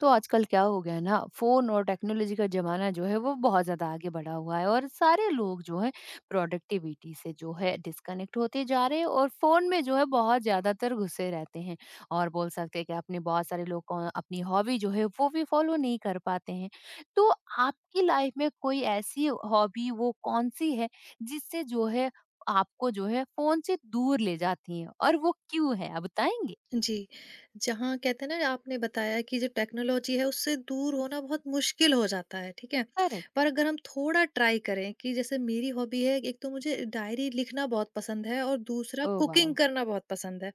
तो आजकल क्या हो गया है ना फोन और टेक्नोलॉजी का जमाना जो है वो बहुत ज्यादा आगे बढ़ा हुआ है और सारे लोग जो है प्रोडक्टिविटी से जो है डिस्कनेक्ट होते जा रहे हैं और फोन में जो है बहुत ज्यादातर घुसे रहते हैं और बोल सकते हैं कि अपने बहुत सारे लोग को अपनी हॉबी जो है वो भी फॉलो नहीं कर पाते हैं। तो आपकी लाइफ में कोई ऐसी हॉबी वो कौन सी है जिससे जो है आपको जो है फोन से दूर ले जाती है और वो क्यों है आप बताएंगे? जी, जहाँ कहते हैं ना आपने बताया कि जो टेक्नोलॉजी है उससे दूर होना बहुत मुश्किल हो जाता है, ठीक है? करेक्ट। पर अगर हम थोड़ा ट्राई करें कि जैसे मेरी हॉबी है, एक तो मुझे डायरी लिखना बहुत पसंद है और दूसरा ओ वाह। कुकिंग करना बहुत पसंद है।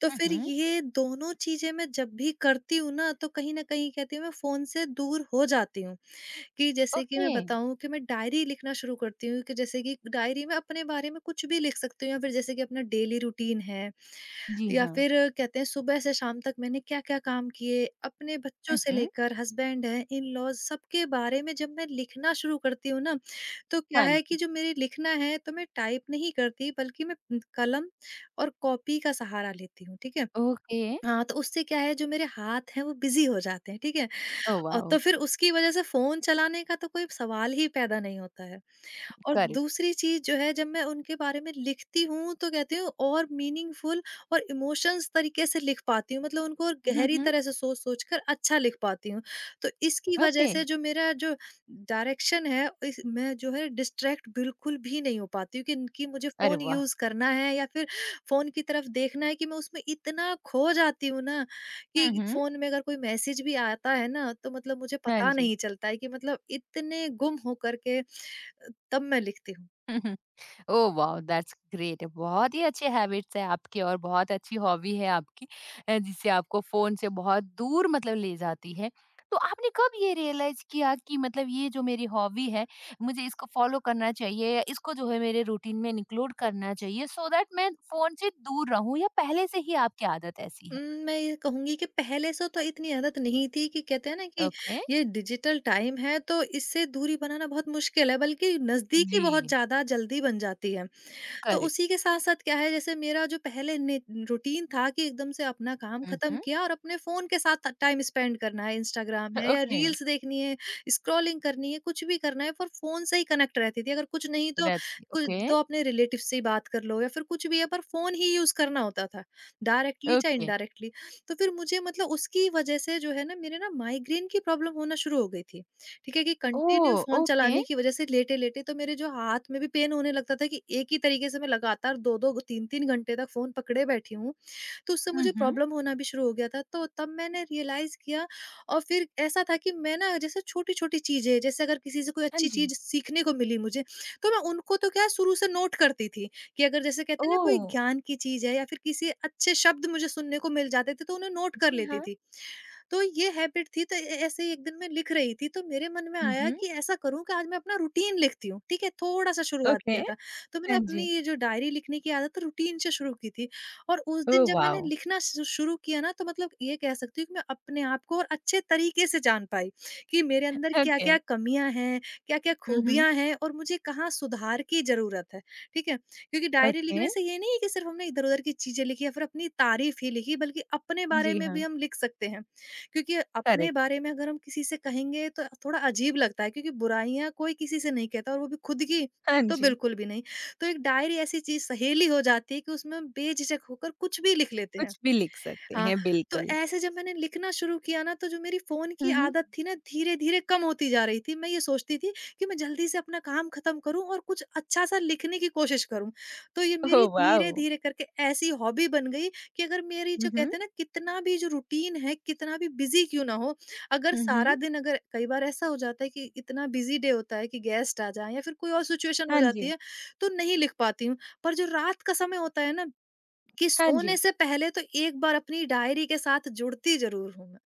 तो फिर हम्म। ये दोनों चीज़ें मैं जब भी करती हूँ ना, तो कहीं न कहीं कहती हूँ मैं फ़ोन से दूर हो जाती हूँ। कि जैसे कि ओके। मैं बताऊँ कि मैं डायरी लिखना शुरू करती हूँ, कि जैसे कि डायरी में अपने बारे में कुछ भी लिख सकती हूँ या फिर जैसे कि अपना डेली रूटीन है। जी या हाँ। फिर कहते हैं सुबह से शाम तक मैंने क्या क्या काम किए, अपने बच्चों हुँ, से हुँ। लेकर हस्बैंड है इन लॉज सबके बारे में जब मैं लिखना शुरू करती हूँ ना, तो क्या हाँ है कि जी। जो मेरे लिखना है तो मैं टाइप नहीं करती, बल्कि मैं कलम और कॉपी का सहारा लेती हूँ, ठीक है। ओके। हाँ, तो उससे क्या है, जो मेरे हाथ हैं वो बिज़ी हो जाते हैं, ठीक है? ओह और वाओ! तो फिर उसकी वज़ह से फ़ोन चलाने का तो कोई सवाल ही पैदा नहीं होता है। और करेक्ट। दूसरी चीज़ जो है, जब मैं उनके बारे में लिखती हूँ तो कहती हूँ और मीनिंगफुल और इमोशंस तरीके से लिख पाती हूँ, मतलब उनको और हुँ, गहरी हुँ। तरह से सोच सोच कर अच्छा लिख पाती हूँ। तो इसकी वजह ओके। से जो मेरा जो डायरेक्शन है इस, मैं जो है डिस्ट्रैक्ट बिल्कुल भी नहीं हो पाती हूँ कि इनकी मुझे अरे फ़ोन वाह! यूज़ करना है या फिर फ़ोन की तरफ देखना है, कि मैं उसमें इतना खो जाती हूँ ना। हुँ, कि हुँ। फ़ोन में अगर कोई मैसेज भी आता है ना, तो मतलब मुझे हाँ पता जी। नहीं चलता है, कि मतलब इतने गुम हो करके तब मैं लिखती हूँ। हुँ, हुँ। Oh wow! That's great. बहुत ही अच्छे हैबिट्स हैं आपके और बहुत अच्छी हॉबी है आपकी, जिससे आपको फ़ोन से बहुत दूर मतलब ले जाती है। तो आपने कब ये रियलाइज़ किया कि मतलब ये जो मेरी हॉबी है, मुझे इसको फ़ॉलो करना चाहिए या इसको जो है मेरे रूटीन में इंक्लूड करना चाहिए सो दैट मैं फ़ोन से दूर रहूँ, या पहले से ही आपकी आदत ऐसी है? उम, मैं ये कहूँगी कि पहले से तो इतनी आदत नहीं थी, कि कहते हैं ना कि ओके। ये डिजिटल टाइम है तो इससे दूरी बनाना बहुत मुश्किल है, बल्कि नज़दीकी बहुत जी, ज़्यादा जल्दी बन जाती है। तो करेक्ट। उसी के साथ-साथ क्या है, जैसे मेरा जो पहले ने रूटीन था कि एकदम से अपना काम हुँ, खत्म हुँ। किया और अपने फ़ोन के साथ टाइम स्पेंड करना है, इंस्टाग्राम है या ओके। रील्स देखनी है, स्क्रॉलिंग करनी है, कुछ भी करना है, पर फ़ोन से ही कनेक्ट रहती थी। अगर कुछ नहीं तो रहती कुछ ओके। तो अपने रिलेटिव से ही बात कर लो या फिर कुछ भी है पर फ़ोन ही यूज़ करना होता था, डायरेक्टली चाहे ओके। इनडायरेक्टली। तो फिर मुझे मतलब उसकी वजह से जो है ना मेरे ना माइग्रेन की प्रॉब्लम होना शुरू हो गई थी। ठीक है, कि ओह! Continue phone okay. चलाने की वजह से लेटे-लेटे तो मेरे जो हाथ में भी पेन होने लगता था, कि एक ही तरीके से मैं लगातार 2-2 3-3 घंटे तक फ़ोन पकड़े बैठी हूँ। तो उससे हुँ, मुझे हुँ। प्रॉब्लम होना भी शुरू हो गया था, तो तब मैंने रियलाइज़ किया। और फिर ऐसा था कि मैं ना जैसे छोटी-छोटी चीज़ें, जैसे अगर किसी से कोई हाँ अच्छी जी। चीज़ सीखने को मिली मुझे, तो मैं उनको तो क्या शुरू से नोट करती थी कि अगर जैसे कहते हैं ना कोई ओह! ज्ञान की चीज़ है या फिर किसी अच्छे शब्द मुझे सुनने को मिल जाते थे तो उन्हें नोट कर जी लेती हाँ। थी। तो ये हैबिट थी, तो ए ऐसे ही एक दिन मैं लिख रही थी, तो मेरे मन में हुँ, आया हुँ। कि ऐसा करूँ कि आज मैं अपना रूटीन लिखती हूँ, ठीक है? थोड़ा-सा शुरुआत ओके। किया था। तो मैंने हाँ अपनी जी। ये जो डायरी लिखने की आदत रूटीन से शुरू की थी और उस ओह दिन जब मैंने वाओ! लिखना शु शुरू किया ना, तो मतलब ये कह सकती हूँ कि मैं अपने आप को और अच्छे तरीके से जान पाई, कि मेरे अंदर ओके। क्या-क्या कमियाँ हैं, क्या-क्या हुँ, हुँ। खूबियाँ हैं और मुझे कहाँ सुधार की ज़रूरत है, ठीक है? क्योंकि डायरी ओके। लिखने से ये नहीं है कि सिर्फ़ हमने इधर-उधर की चीज़ें लिखी या फिर अपनी तारीफ़ ही लिखी, बल्कि अपने बारे जी में भी हाँ। हम लिख सकते हैं। क्योंकि अपने करेक्ट। बारे में अगर हम किसी से कहेंगे तो थोड़ा अजीब लगता है, क्योंकि बुराइयां कोई किसी से नहीं कहता और वो भी खुद की, हाँ तो जी। बिल्कुल भी नहीं। तो एक डायरी ऐसी चीज सहेली हो जाती है, कि उसमें हम बेझिझक होकर कुछ भी लिख लेते हैं। कुछ भी लिख सकते हाँ, हैं तो बिल्कुल। ऐसे जब मैंने लिखना शुरू किया ना, तो जो मेरी फ़ोन की हुँ, हुँ। आदत थी ना धीरे-धीरे कम होती जा रही थी। मैं ये सोचती थी कि मैं जल्दी से अपना काम ख़त्म करूँ और कुछ अच्छा-सा लिखने की कोशिश करूँ। तो ये ओह मेरी वाओ! धीरे-धीरे करके ऐसी हॉबी बन गई, कि अगर मेरी हुँ, जो हुँ। कहते हैं ना कितना भी जो रूटीन है, कितना भी बिज़ी क्यों ना हो, अगर हुँ, हुँ। सारा दिन अगर कई बार ऐसा हो जाता है कि इतना बिज़ी डे होता है कि गेस्ट आ जाएँ या फिर कोई और सिचुएशन हो हाँ जाती जी। है, तो नहीं लिख पाती हूँ। पर जो रात का समय होता है ना, कि हाँ जी। सोने से पहले तो एक बार अपनी डायरी के साथ जुड़ती ज़रूर हूँ मैं।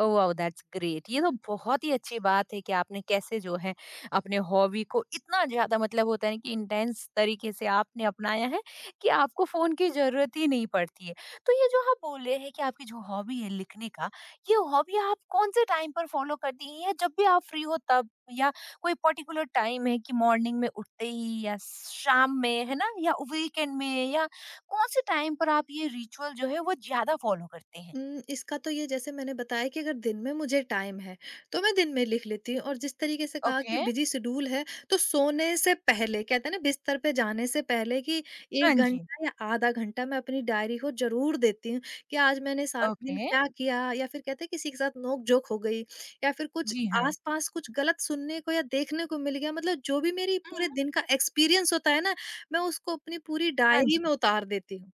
ओह वाओ दैट्स ग्रेट, ये तो बहुत ही अच्छी बात है कि आपने कैसे जो है अपने हॉबी को इतना ज्यादा, मतलब होता है ना कि इंटेंस तरीके से आपने अपनाया है कि आपको फोन की जरूरत ही नहीं पड़ती है। तो ये जो आप बोल रहे हैं कि आपकी जो हॉबी है लिखने का, ये हॉबी आप कौन से टाइम पर फॉलो करती हैं? या जब भी आप फ्री हो तब, या कोई पर्टिकुलर टाइम है कि मॉर्निंग में उठते ही या शाम में है ना या वीकेंड में, या कौन से टाइम पर आप ये रिचुअल जो है वो ज्यादा फॉलो करते हैं? इसका तो ये जैसे मैंने बताया कि अगर दिन में मुझे टाइम है, तो मैं दिन में लिख लेती हूँ और जिस तरीके से कहा ओके। कि बिज़ी शेड्यूल है, तो सोने से पहले कहते हैं ना बिस्तर पे जाने से पहले कि हाँ 1 जी। घंटा या आधा घंटा मैं अपनी डायरी को ज़रूर देती हूँ, कि आज मैंने सारा दिन ओके, क्या किया या फिर कहते हैं किसी के साथ नोक-झोंक हो गई या फिर कुछ जी हाँ। आस-पास कुछ गलत सुनने को या देखने को मिल गया, मतलब जो भी मेरी हुँ, पूरे दिन का एक्सपीरियंस होता है ना, मैं उसको अपनी पूरी हाँ डायरी जी। में उतार देती हूँ।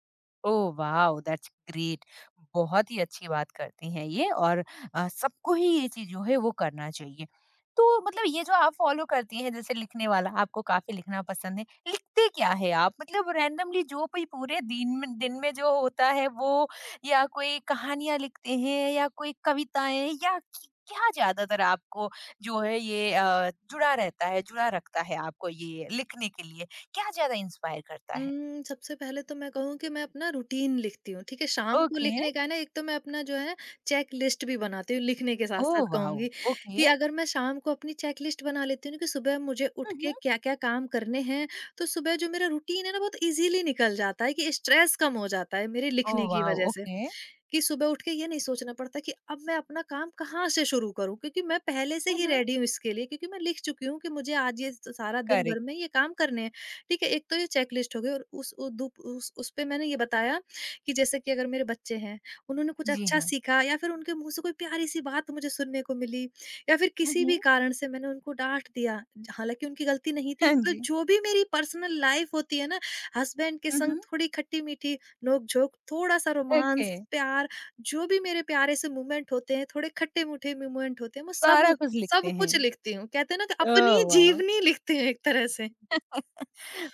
Oh wow! That's great. बहुत ही अच्छी बात करती हैं ये, और सबको ही ये चीज़ जो है वो करना चाहिए। तो मतलब ये जो आप फ़ॉलो करती हैं जैसे लिखने वाला, आपको काफ़ी लिखना पसंद है। लिखते क्या है आप? मतलब रैंडमली जो भी पूरे दिन में जो होता है वो, या कोई कहानियाँ लिखते हैं या कोई कविताएँ, या क क्या ज़्यादातर आपको जो है ये जुड़ा रहता है, जुड़ा रखता है आपको ये लिखने के लिए? क्या ज़्यादा इंस्पायर करता है? सबसे पहले तो मैं कहूँ कि मैं अपना रूटीन लिखती हूँ, ठीक है? शाम को ओके। लिखने का है ना, एक तो मैं अपना जो है चेकलिस्ट भी बनाती हूँ, लिखने के ओह साथ-साथ वाओ! कहूँगी ओके। कि अगर मैं शाम को अपनी चेकलिस्ट बना लेती हूँ ना, कि सुबह मुझे उठ हुँ, हुँ। के क्या-क्या काम करने हैं, तो सुबह जो मेरा रूटीन है ना बहुत ईज़िली निकल जाता है, कि स्ट्रेस कम हो जाता है मेरे ओह लिखने की वाओ! वज़ह से। ओके। कि सुबह उठ के ये नहीं सोचना पड़ता कि अब मैं अपना काम कहाँ से शुरू करूँ? क्योंकि मैं पहले से हुँ, ही हुँ। रेडी हूँ इसके लिए, क्योंकि मैं लिख चुकी हूँ कि मुझे आज ये स सारा दिन करेक्ट, भर में ये काम करने हैं। ठीक है, एक तो ये चेकलिस्ट हो गई और उस उ दु उस उसपे मैंने ये बताया कि जैसे कि अगर मेरे बच्चे हैं, उन्होंने कुछ जी अच्छा हाँ। सीखा या फिर उनके मुँह से कोई प्यारी-सी बात मुझे सुनने को मिली या फिर हुँ, किसी भी हुँ। कारण से मैंने उनको डाँट दिया, हालाँकि उनकी गलती नहीं थी, हाँ मतलब जी। जो भी मेरी पर्सनल लाइफ़ होती है ना, हस्बैंड के हुँ, संग हुँ। थोड़ी खट्टी-मीठी नोक-झोंक, थोड़ा-सा ओके, रोमांस, प्यार, जो भी मेरे प्यारे से मोमेंट होते हैं, थोड़े खट्टे-मीठे मोमेंट होते हैं, मैं सारा सब कुछ लिखते सब हैं। कुछ लिखती हूँ। कहते हैं ना कि ओह अपनी वाओ! जीवनी लिखते हैं एक तरह से।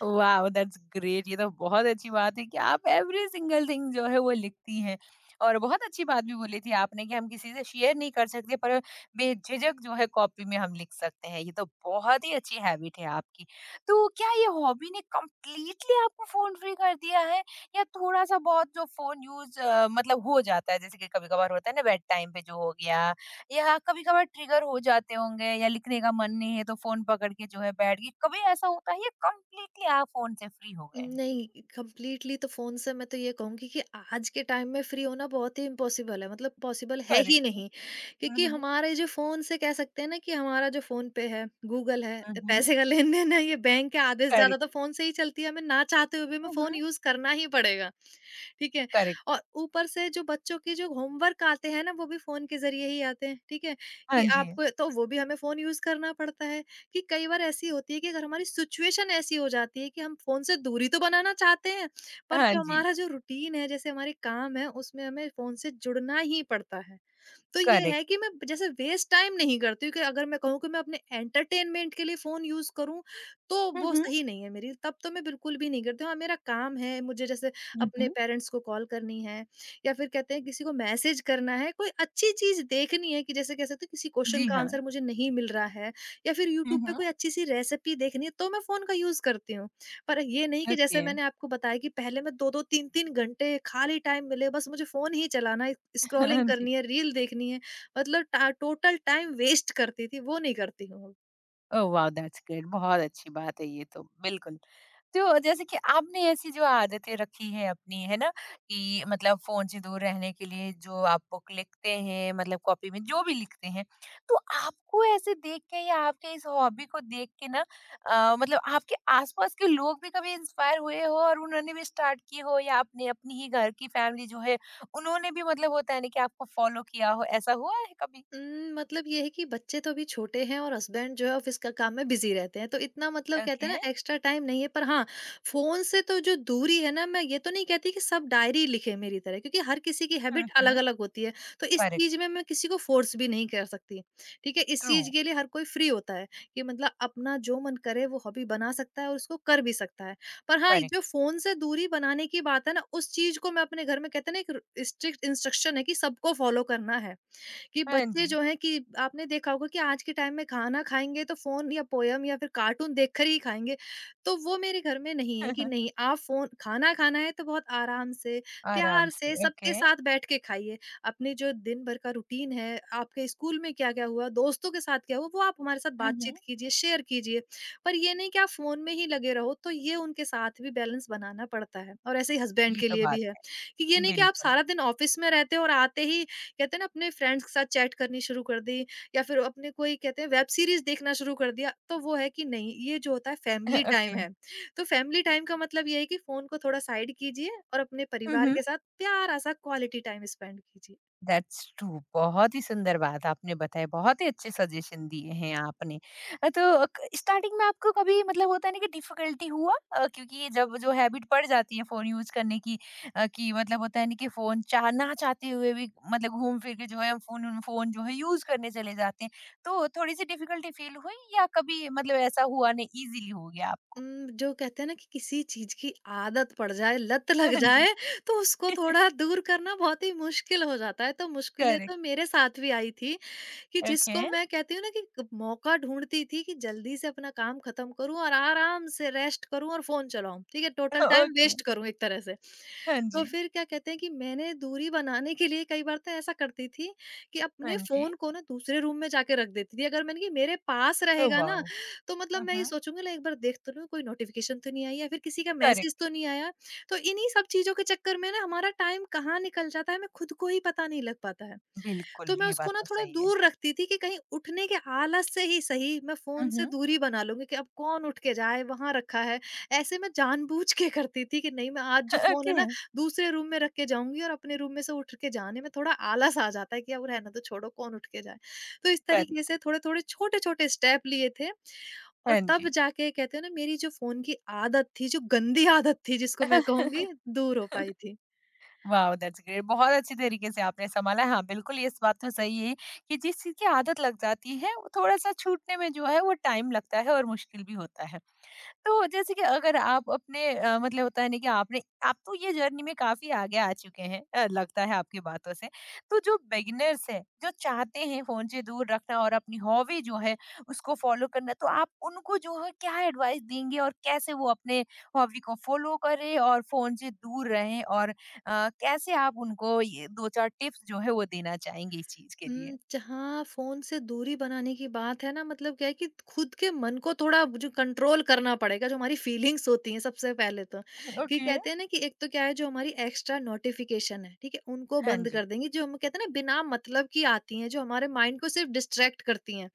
वाओ दैट्स ग्रेट, ये तो बहुत अच्छी बात है कि आप एवरी सिंगल थिंग जो है वो लिखती हैं। और बहुत अच्छी बात भी बोली थी आपने कि हम किसी से शेयर नहीं कर सकते, पर बेझिझक जो है कॉपी में हम लिख सकते हैं। ये तो बहुत ही अच्छी हैबिट है आपकी। तो क्या ये हॉबी ने कंप्लीटली आपको फोन फ्री कर दिया है, या थोड़ा सा बहुत जो फोन यूज मतलब हो जाता है, जैसे कि कभी कभार होता है ना बेड टाइम पे जो हो गया, या कभी-कभार ट्रिगर हो जाते होंगे, या लिखने का मन नहीं है तो फ़ोन पकड़ के जो है बैठ गए। कभी ऐसा होता है या कंप्लीटली आप फ़ोन से फ्री हो गए हैं? नहीं, कंप्लीटली तो फ़ोन से मैं तो ये कहूँगी कि आज के टाइम में फ्री होना बहुत ही इम्पॉसिबल है, मतलब पॉसिबल है ही करेक्ट है। नहीं। हुँ, क्योंकि हुँ। हमारे जो फ़ोन से कह सकते हैं ना कि हमारा जो फ़ोन पे है, गूगल है, हुँ, हुँ। पैसे का लेन-देन है, ये बैंक के आदेश ज़्यादा करेक्ट। तो फ़ोन से ही चलती है, हमें ना चाहते हुए भी हमें हुँ, फ़ोन हुँ। यूज़ करना ही पड़ेगा, ठीक है? करेक्ट। और ऊपर से जो बच्चों के जो होमवर्क आते हैं ना, वो भी फ़ोन के ज़रिए ही आते हैं, ठीक है? हाँ कि जी। आपको तो वो भी हमें फ़ोन यूज़ करना पड़ता है। कि कई बार ऐसी होती है कि अगर हमारी सिचुएशन ऐसी हो जाती है कि हम फ़ोन से दूरी तो बनाना चाहते हैं, पर हाँ जो जी, हमारा जो रूटीन है, जैसे हमारे काम है, उसमें हमें फ़ोन से जुड़ना ही पड़ता है। तो ये करेक्ट। है कि मैं जैसे वेस्ट टाइम नहीं करती हूँ कि अगर मैं कहूँ कि मैं अपने एंटरटेनमेंट के लिए फ़ोन यूज़ करूँ, तो हुँ, वो हुँ। सही नहीं है मेरी, तब तो मैं बिल्कुल भी नहीं करती हूँ। हाँ, मेरा काम है, मुझे जैसे हुँ, अपने हुँ। पेरेंट्स को कॉल करनी है या फिर कहते हैं किसी को मैसेज करना है, कोई अच्छी चीज़ देखनी है कि जैसे कह सकते हैं किसी क्वेश्चन जी का हाँ। आंसर मुझे नहीं मिल रहा है या फिर हुँ, यूट्यूब पे हुँ। कोई अच्छी-सी रेसिपी देखनी है, तो मैं फ़ोन का यूज़ करती हूँ। पर ये नहीं कि जैसे ओके। मैंने आपको बताया कि पहले मैं 2-2 3-3 घंटे खाली टाइम मिले बस मुझे फ़ोन ही चलाना है, हाँ स्क्रॉलिंग जी। करनी है, रील देखनी है, मतलब टा टोटल टाइम वेस्ट करती थी, वो नहीं करती हूँ अब। ओह वाओ! दैट्स ग्रेट, बहुत अच्छी बात है ये तो, बिल्कुल। तो जैसे कि आपने ऐसी जो आदतें रखी हैं अपनी, है ना? कि मतलब फ़ोन से दूर रहने के लिए जो आप बुक लिखते हैं, मतलब कॉपी में जो भी लिखते हैं, तो आपको ऐसे देख के या आपके इस हॉबी को देख के ना, मतलब आपके आस-पास के लोग भी कभी इंस्पायर हुए हो और उन्होंने भी स्टार्ट की हो, या अपने अपनी ही घर की फैमिली जो है, उन्होंने भी मतलब होता है ना कि आपको फ़ॉलो किया हो, ऐसा हुआ है कभी? मतलब ये है कि बच्चे तो अभी छोटे हैं और हस्बैंड जो है ऑफिस का काम में बिज़ी रहते हैं, तो इतना मतलब कहते ओके। हैं ना एक्स्ट्रा टाइम नहीं है। पर हाँ, फ़ोन से तो जो दूरी है ना, मैं ये तो नहीं कहती कि सब डायरी लिखें मेरी तरह, क्योंकि हर किसी की हुँ, हैबिट हुँ। अलग-अलग होती है, तो इस करेक्ट, चीज़ में मैं किसी को फ़ोर्स भी नहीं कर सकती। ठीक है? इस ट्रू, चीज़ के लिए हर कोई फ्री होता है कि मतलब अपना जो मन करे वो हॉबी बना सकता है और उसको कर भी सकता है। पर हाँ, ये करेक्ट। जो फ़ोन से दूरी बनाने की बात है ना, उस चीज़ को मैं अपने घर में कहते हैं ना एक र स्ट्रिक्ट इंस्ट्रक्शन है कि सबको फ़ॉलो करना है। कि हाँ बच्चे जी। जो हैं कि आपने देखा होगा कि आज के टाइम में खाना खाएँगे तो फ़ोन या पोएम या फिर कार्टून देखकर ही खाएँगे। तो वो मेरे घर में नहीं है कि नहीं, आप फ़ोन, खाना खाना है तो बहुत आराम से, आराम प्यार से, से सबके ओके। साथ बैठ के खाइए। अपने जो दिन भर का रूटीन है, आपके स्कूल में क्या-क्या हुआ, दोस्तों के साथ क्या हुआ, वो आप हमारे साथ हुँ, बातचीत हुँ। कीजिए, शेयर कीजिए। पर ये नहीं कि आप फ़ोन में ही लगे रहो, तो ये उनके साथ भी बैलेंस बनाना पड़ता है और ऐसे ही हस्बैंड ये के तो लिए बात भी है, है। कि ये नहीं कि आप बिल्कुल। सारा दिन ऑफ़िस में रहते हो और आते ही कहते हैं ना अपने फ्रेंड्स के साथ चैट करनी शुरू कर दी या फिर अपने कोई कहते हैं वेब सीरीज देखना शुरू कर दिया, तो वो है कि नहीं, ये जो होता है फैमिली ओके। टाइम है। तो फैमिली टाइम का मतलब ये है कि फोन को थोड़ा साइड कीजिए और अपने हुँ, परिवार हुँ। के साथ प्यारा सा क्वालिटी टाइम स्पेंड कीजिए। That's true. बहुत ही सुंदर बात आपने बताई, बहुत ही अच्छे सजेशन दिए हैं आपने। तो क स्टार्टिंग में आपको कभी मतलब होता है ना कि डिफ़िकल्टी हुआ? क्योंकि जब जो हैबिट पड़ जाती है फ़ोन यूज़ करने की, कि मतलब होता है ना कि फ़ोन चाह ना चाहते हुए भी मतलब घूम फिर के जो है फ़ोन फ़ोन जो है यूज़ करने चले जाते हैं। तो थोड़ी-सी डिफ़िकल्टी फ़ील हुई, या कभी मतलब ऐसा हुआ नहीं ईज़िली हो गया आपको? जो कहते हैं ना कि किसी चीज़ की आदत पड़ जाए, लत लग हाँ जी। जाए, तो उसको थोड़ा दूर करना बहुत ही मुश्किल हो जाता है। तो मुश्किलें करेक्ट। तो मेरे साथ भी आई थी, कि ओके। जिसको मैं कहती हूँ ना कि मौका ढूँढती थी कि जल्दी से अपना काम खत्म करूँ और आराम से रेस्ट करूँ और फ़ोन चलाऊँ, ठीक है? Total time okay. वेस्ट करूँ एक तरह से। हाँ तो जी। फिर क्या कहते हैं कि मैंने दूरी बनाने के लिए कई बार तो ऐसा करती थी कि हाँ अपने जी। फ़ोन को ना दूसरे रूम में जाके रख देती थी। अगर मैंने कि मेरे पास ओह रहेगा ना, वाओ! तो मतलब हुँ, मैं ये हुँ। सोचूँगी ना एक बार देख तो लूँ कोई नोटिफ़िकेशन तो नहीं आई या फिर किसी का मैसेज करेक्ट। तो नहीं आया। तो इन्हीं सब चीज़ों के चक्कर में ना हमारा टाइम कहाँ निकल जाता है हमें खुद को ही पता नहीं लग पाता है। बिल्कुल, तो मैं ये बात उसको ना तो थोड़ा सही है। दूर रखती थी कि कहीं उठने के आलस से ही सही मैं हुँ, फ़ोन से हुँ। दूरी बना लूँगी कि अब कौन उठ के जाए, वहाँ रखा है। ऐसे मैं जानबूझ के करती थी कि नहीं, मैं आज जो फ़ोन है ओके, ना दूसरे रूम में रख के जाऊँगी और अपने रूम में से उठ के जाने में थोड़ा आलस आ जाता है कि अब रहने दो, छोड़ो, कौन उठ के जाए। तो इस तरीके करेक्ट। से थोड़े-थोड़े छोटे-छोटे स्टेप लिए थे और हाँ तब जी। जाके कहते हैं ना मेरी जो फ़ोन की आदत थी, जो गंदी आदत थी जिसको मैं कहूँगी, दूर हो पाई थी। वाओ! That's great. बहुत अच्छी तरीके से आपने सँभाला। हाँ, बिल्कुल ये इस बात तो सही है कि जिस चीज़ की आदत लग जाती है, वो थोड़ा-सा छूटने में जो है वो टाइम लगता है और मुश्किल भी होता है। तो जैसे कि अगर आप अपने, मतलब होता है ना कि आपने आप तो ये जर्नी में काफ़ी आगे आ चुके हैं, लगता है आपकी बातों से। तो जो बिगिनर्स हैं, जो चाहते हैं फ़ोन से दूर रखना और अपनी हॉबी जो है उसको फ़ॉलो करना, तो आप उनको जो है क्या एडवाइस देंगे और कैसे वो अपने हॉबी को फ़ॉलो करें और फ़ोन से दूर रहें? और कैसे आप उनको ये 2-4 टिप्स जो है वो देना चाहेंगे इस चीज़ के लिए? जहाँ फ़ोन से दूरी बनाने की बात है ना, मतलब क्या है कि खुद के मन को थोड़ा जो कंट्रोल करना पड़ेगा, जो हमारी फीलिंग्स होती हैं सबसे पहले तो। कि ओके। कहते हैं ना कि एक तो क्या है जो हमारी एक्स्ट्रा नोटिफ़िकेशन है, ठीक है? उनको हाँ बंद जी, कर देंगे, जो हम कहते हैं ना बिना मतलब की आती हैं, जो हमारे माइंड को सिर्फ़ डिस्ट्रैक्ट करती हैं।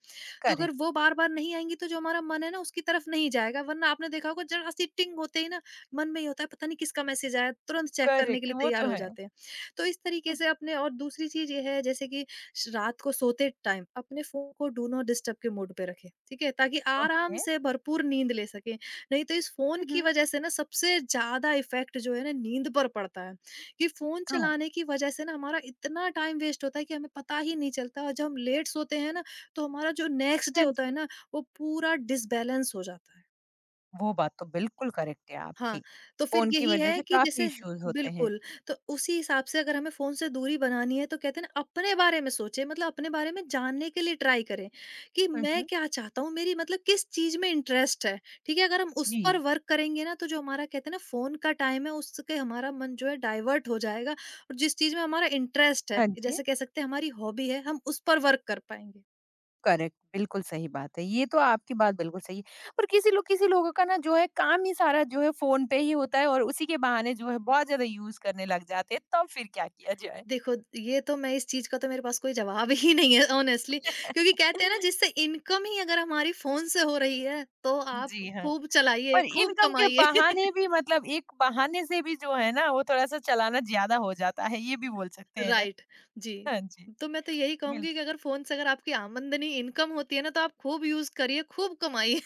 तो अगर करेक्ट, वो बार-बार नहीं आएँगी तो जो हमारा मन है ना उसकी तरफ नहीं जाएगा, वरना आपने देखा होगा ज़रा सी टिंग होते ही ना मन में ये होता है पता नहीं किसका मैसेज आया, तुरंत चेक करने के करेक्ट लिए वो तैयार तो हो है। जाते हैं। तो इस तरीके से अपने, और दूसरी चीज़ ये है जैसे कि रात को सोते टाइम अपने फोन को डू नॉट डिस्टर्ब के मोड पे रखें, ठीक है, ताकि आराम ओके। से भरपूर नींद ले सके। नहीं तो इस हुँ, फोन की हुँ, वजह से ना सबसे ज्यादा इफेक्ट जो है ना नींद पर पड़ता है, कि फोन ट्रू। चलाने की वजह से ना हमारा इतना टाइम वेस्ट होता है कि हमें पता ही नहीं चलता, और जब हम लेट सोते हैं ना तो हमारा जो नेक्स्ट डे हाँ होता है जी। ना वो पूरा डिसबैलेंस हो जाता है। वो बात तो बिल्कुल करेक्ट है आपकी। हाँ, तो फिर फ़ोन की यही वज़ह है से कि काफ़ी जैसे इश्यूज़ होते हैं। बिल्कुल, तो उसी हिसाब से अगर हमें फ़ोन से दूरी बनानी है तो कहते हैं ना अपने बारे में सोचें, मतलब अपने बारे में जानने के लिए ट्राई करें, कि हुँ, मैं हुँ। क्या चाहता हूँ, मेरी मतलब किस चीज़ में इंटरेस्ट है, ठीक है? अगर हम उस जी। पर वर्क करेंगे ना तो जो हमारा कहते हैं ना फ़ोन का टाइम है उसके हमारा मन जो है डाइवर्ट हो जाएगा और जिस चीज़ में हमारा इंटरेस्ट है, हाँ जी, जैसे कह सकते हैं हमारी हॉबी है, हम उस पर वर्क कर पाएँगे। करेक्ट, बिल्कुल सही बात है। ये तो आपकी बात बिल्कुल सही है। पर किसी लोगों का ना जो है काम ही सारा जो है फ़ोन पे ही होता है, और उसी के बहाने जो है बहुत ज़्यादा यूज़ करने लग जाते हैं, तब फिर क्या किया जाए? देखो, ये तो मैं इस चीज़ का तो मेरे पास कोई जवाब ही नहीं है ऑनेस्टली, क्योंकि कहते हैं ना जिससे इनकम ही अगर हमारी फ़ोन से हो रही है, तो आप जी हाँ। खूब चलाइए, पर खूब इनकम के कमाइए। बहाने भी मतलब एक बहाने से भी जो है ना वो थोड़ा-सा चलाना ज़्यादा हो जाता है, ये भी बोल सकते हैं ना? राइट, जी। हाँ जी, तो मैं तो यही बिल्कुल। कहूँगी कि अगर फ़ोन से अगर आपकी आमदनी, इनकम होती है ना, तो आप खूब यूज़ करिए, खूब कमाइए।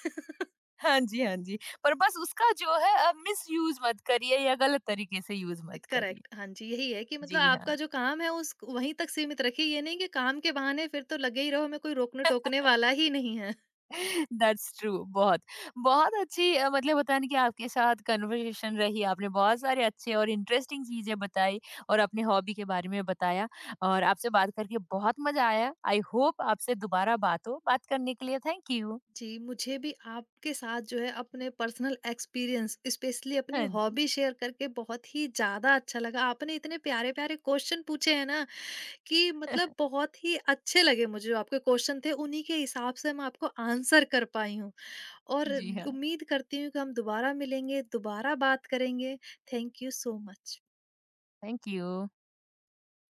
हाँ जी, हाँ जी। पर बस उसका जो है मिसयूज़ मत करिए, या गलत तरीके से यूज़ मत करिए। करेक्ट, हाँ जी, यही है कि मतलब जी हाँ, आपका जो काम है उस वहीं तक सीमित रखिए, ये नहीं कि काम के बहाने फिर तो लगे ही रहो, हमें कोई रोकने-टोकने वाला ही नहीं है। दैट्स ट्रू बहुत। बहुत अच्छी मतलब होता है ना कि आपके साथ कन्वर्सेशन रही, आपने बहुत सारे अच्छे और इंटरेस्टिंग चीज़ें बताई और अपने हॉबी के बारे में बताया और आपसे बात करके बहुत मज़ा आया। आई होप आपसे दोबारा बात हो। बात करने के लिए थैंक यू। जी, मुझे भी आपके साथ जो है अपने पर्सनल एक्सपीरियंस स्पेशली अपनी हाँ जी। हॉबी शेयर करके बहुत ही ज़्यादा अच्छा लगा। आपने इतने प्यारे-प्यारे क्वेश्चन पूछे हैं ना कि मतलब बहुत ही अच्छे लगे मुझे, जो आपके क्वेश्चन थे उन्हीं के हिसाब से मैं आपको आंसर कर पाई हूँ। और जी हाँ, उम्मीद करती हूँ कि हम दोबारा मिलेंगे, दोबारा बात करेंगे। Thank you so much. Thank you.